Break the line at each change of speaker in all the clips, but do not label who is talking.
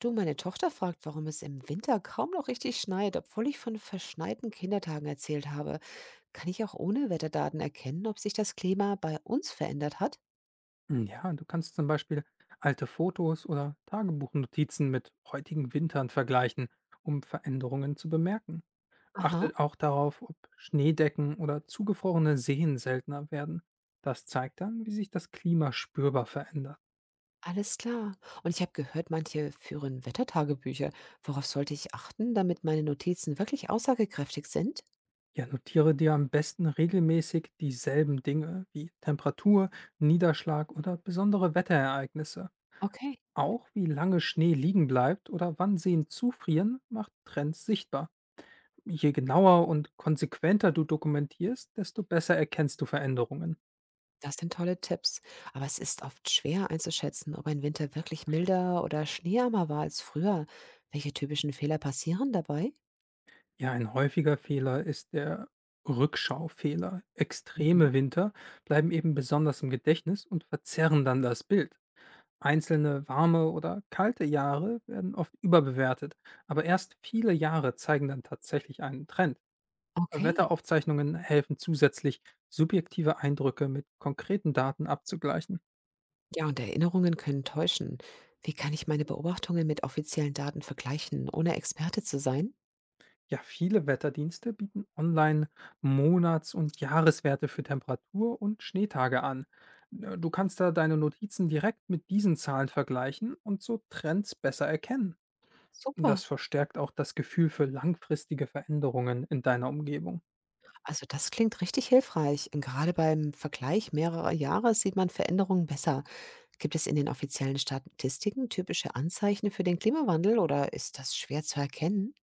Du, meine Tochter fragt, warum es im Winter kaum noch richtig schneit, obwohl ich von verschneiten Kindertagen erzählt habe. Kann ich auch ohne Wetterdaten erkennen, ob sich das Klima bei uns verändert hat?
Ja, Du kannst zum Beispiel alte Fotos oder Tagebuchnotizen mit heutigen Wintern vergleichen, um Veränderungen zu bemerken.
Aha,
Achte auch darauf, ob Schneedecken oder zugefrorene Seen seltener werden. Das zeigt dann, wie sich das Klima spürbar verändert.
alles klar. Und ich habe gehört, manche führen Wettertagebücher. Worauf sollte ich achten, damit meine Notizen wirklich aussagekräftig sind?
Ja, notiere dir am besten regelmäßig dieselben Dinge wie Temperatur, Niederschlag oder besondere Wetterereignisse.
Okay,
Auch wie lange Schnee liegen bleibt oder wann Seen zufrieren, macht Trends sichtbar. Je genauer und konsequenter du dokumentierst, desto besser erkennst du Veränderungen.
das sind tolle Tipps. Aber es ist oft schwer einzuschätzen, ob ein Winter wirklich milder oder schneearmer war als früher. Welche typischen Fehler passieren dabei?
Ja, ein häufiger Fehler ist der Rückschaufehler.
Mhm.
Extreme Winter bleiben eben besonders im Gedächtnis und verzerren dann das Bild. Einzelne warme oder kalte Jahre werden oft überbewertet, aber erst viele Jahre zeigen dann tatsächlich einen Trend.
Okay.
Wetteraufzeichnungen helfen zusätzlich, subjektive Eindrücke mit konkreten Daten abzugleichen.
Ja, und Erinnerungen können täuschen. Wie kann ich meine Beobachtungen mit offiziellen Daten vergleichen, ohne Experte zu sein?
Ja, viele Wetterdienste bieten online Monats- und Jahreswerte für Temperatur und Schneetage an. Du kannst da deine Notizen direkt mit diesen Zahlen vergleichen und so Trends besser erkennen.
Super.
Das verstärkt auch das Gefühl für langfristige Veränderungen in deiner Umgebung.
Also das klingt richtig hilfreich. Und gerade beim Vergleich mehrerer Jahre sieht man Veränderungen besser. Gibt es in den offiziellen Statistiken typische Anzeichen für den Klimawandel oder ist das schwer zu erkennen?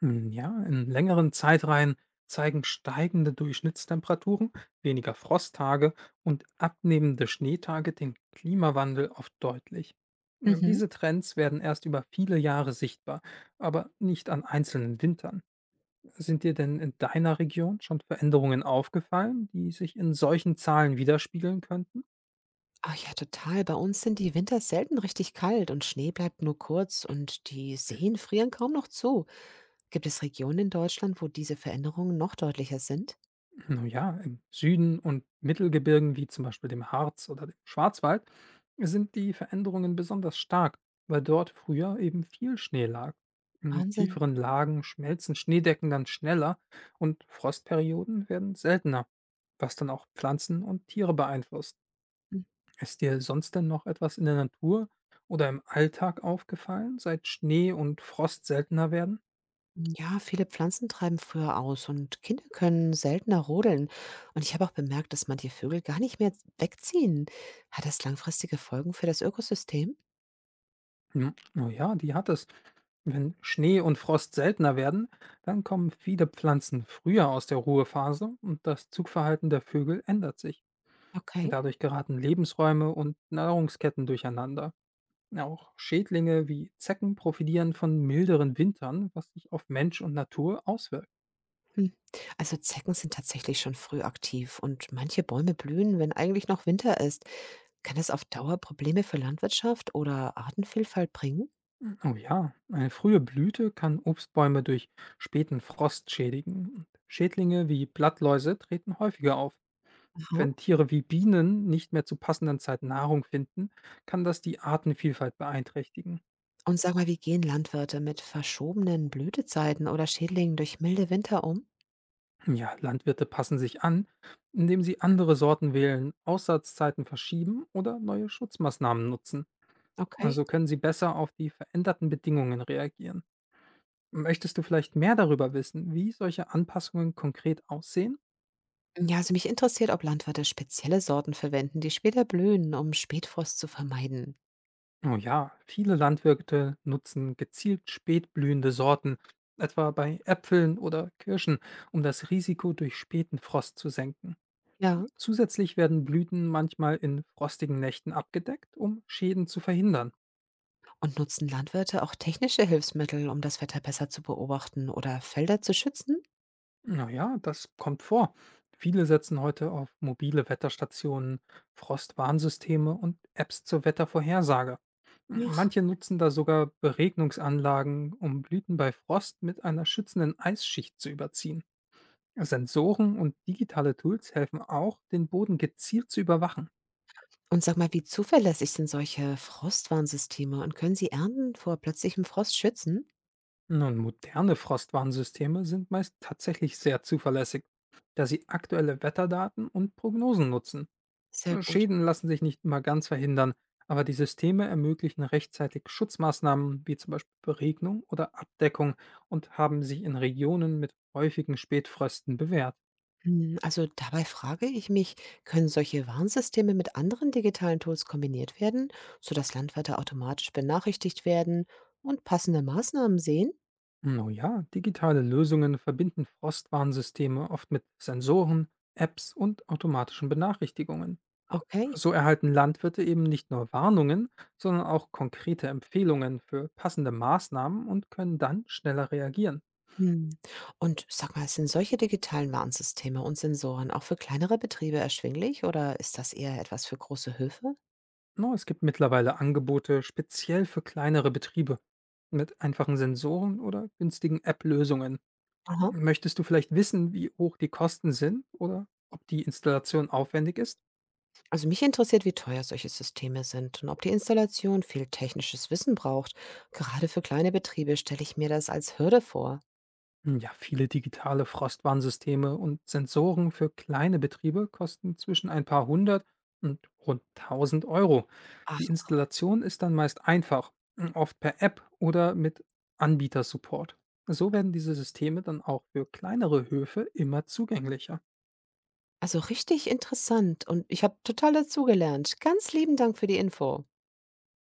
Ja, in längeren Zeitreihen zeigen steigende Durchschnittstemperaturen, weniger Frosttage und abnehmende Schneetage den Klimawandel oft deutlich.
Mhm.
Diese Trends werden erst über viele Jahre sichtbar, aber nicht an einzelnen Wintern. Sind dir denn in deiner Region schon Veränderungen aufgefallen, die sich in solchen Zahlen widerspiegeln könnten?
Ach ja, total. Bei uns sind die Winter selten richtig kalt und Schnee bleibt nur kurz und die Seen frieren kaum noch zu. Gibt es Regionen in Deutschland, wo diese Veränderungen noch deutlicher sind?
Na ja, im Süden und Mittelgebirgen wie zum Beispiel dem Harz oder dem Schwarzwald sind die Veränderungen besonders stark, weil dort früher eben viel Schnee lag. In
Wahnsinn.
tieferen Lagen schmelzen Schneedecken dann schneller und Frostperioden werden seltener, was dann auch Pflanzen und Tiere beeinflusst.
Hm,
Ist dir sonst denn noch etwas in der Natur oder im Alltag aufgefallen, seit Schnee und Frost seltener werden?
ja, viele Pflanzen treiben früher aus und Kinder können seltener rodeln. Und ich habe auch bemerkt, dass manche Vögel gar nicht mehr wegziehen. Hat das langfristige Folgen für das Ökosystem?
Oh ja, die hat es. Wenn Schnee und Frost seltener werden, dann kommen viele Pflanzen früher aus der Ruhephase und das Zugverhalten der Vögel ändert sich.
Okay.
Dadurch geraten Lebensräume und Nahrungsketten durcheinander. Auch Schädlinge wie Zecken profitieren von milderen Wintern, was sich auf Mensch und Natur auswirkt.
Hm. Also Zecken sind tatsächlich schon früh aktiv und manche Bäume blühen, wenn eigentlich noch Winter ist. Kann das auf Dauer Probleme für Landwirtschaft oder Artenvielfalt bringen?
Oh ja, eine frühe Blüte kann Obstbäume durch späten Frost schädigen. Schädlinge wie Blattläuse treten häufiger auf.
Aha.
Wenn Tiere wie Bienen nicht mehr zu passenden Zeit Nahrung finden, kann das die Artenvielfalt beeinträchtigen.
Und sag mal, wie gehen Landwirte mit verschobenen Blütezeiten oder Schädlingen durch milde Winter um?
Ja, Landwirte passen sich an, indem sie andere Sorten wählen, Aussatzzeiten verschieben oder neue Schutzmaßnahmen nutzen.
Okay.
Also können sie besser auf die veränderten Bedingungen reagieren. Möchtest du vielleicht mehr darüber wissen, wie solche Anpassungen konkret aussehen?
Ja, also mich interessiert, ob Landwirte spezielle Sorten verwenden, die später blühen, um Spätfrost zu vermeiden.
Oh ja, viele Landwirte nutzen gezielt spätblühende Sorten, etwa bei Äpfeln oder Kirschen, um das Risiko durch späten Frost zu senken.
Ja,
Zusätzlich werden Blüten manchmal in frostigen Nächten abgedeckt, um Schäden zu verhindern.
und nutzen Landwirte auch technische Hilfsmittel, um das Wetter besser zu beobachten oder Felder zu schützen?
Naja, das kommt vor. Viele setzen heute auf mobile Wetterstationen, Frostwarnsysteme und Apps zur Wettervorhersage.
Ach,
Manche nutzen da sogar Beregnungsanlagen, um Blüten bei Frost mit einer schützenden Eisschicht zu überziehen. Sensoren und digitale Tools helfen auch, den Boden gezielt zu überwachen.
und sag mal, wie zuverlässig sind solche Frostwarnsysteme und können sie Ernten vor plötzlichem Frost schützen?
Nun, moderne Frostwarnsysteme sind meist tatsächlich sehr zuverlässig, da sie aktuelle Wetterdaten und Prognosen nutzen.
Sehr gut.
Schäden lassen sich nicht immer ganz verhindern, aber die Systeme ermöglichen rechtzeitig Schutzmaßnahmen wie zum Beispiel Beregnung oder Abdeckung und haben sich in Regionen mit häufigen Spätfrösten bewährt.
Hm, also dabei frage ich mich, können solche Warnsysteme mit anderen digitalen Tools kombiniert werden, sodass Landwirte automatisch benachrichtigt werden und passende Maßnahmen sehen?
Oh ja, digitale Lösungen verbinden Frostwarnsysteme oft mit Sensoren, Apps und automatischen Benachrichtigungen.
Okay.
So erhalten Landwirte eben nicht nur Warnungen, sondern auch konkrete Empfehlungen für passende Maßnahmen und können dann schneller reagieren.
Mhm. Und sag mal, sind solche digitalen Warnsysteme und Sensoren auch für kleinere Betriebe erschwinglich oder ist das eher etwas für große Höfe?
No, es gibt mittlerweile Angebote speziell für kleinere Betriebe mit einfachen Sensoren oder günstigen App-Lösungen.
Aha.
Möchtest du vielleicht wissen, wie hoch die Kosten sind oder ob die Installation aufwendig ist?
Also mich interessiert, wie teuer solche Systeme sind und ob die Installation viel technisches Wissen braucht. Gerade für kleine Betriebe stelle ich mir das als Hürde vor.
Ja, viele digitale Frostwarnsysteme und Sensoren für kleine Betriebe kosten zwischen ein paar hundert und rund 1.000 Euro. Die
Ach,
Installation ist dann meist einfach, oft per App oder mit Anbietersupport. So werden diese Systeme dann auch für kleinere Höfe immer zugänglicher.
also richtig interessant und ich habe total dazugelernt. Ganz lieben Dank für die Info.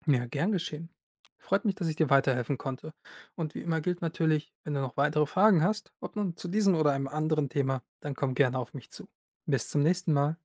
Ja, gern geschehen. Freut mich, dass ich dir weiterhelfen konnte. Und wie immer gilt natürlich, wenn du noch weitere Fragen hast, ob nun zu diesem oder einem anderen Thema, dann komm gerne auf mich zu. Bis zum nächsten Mal.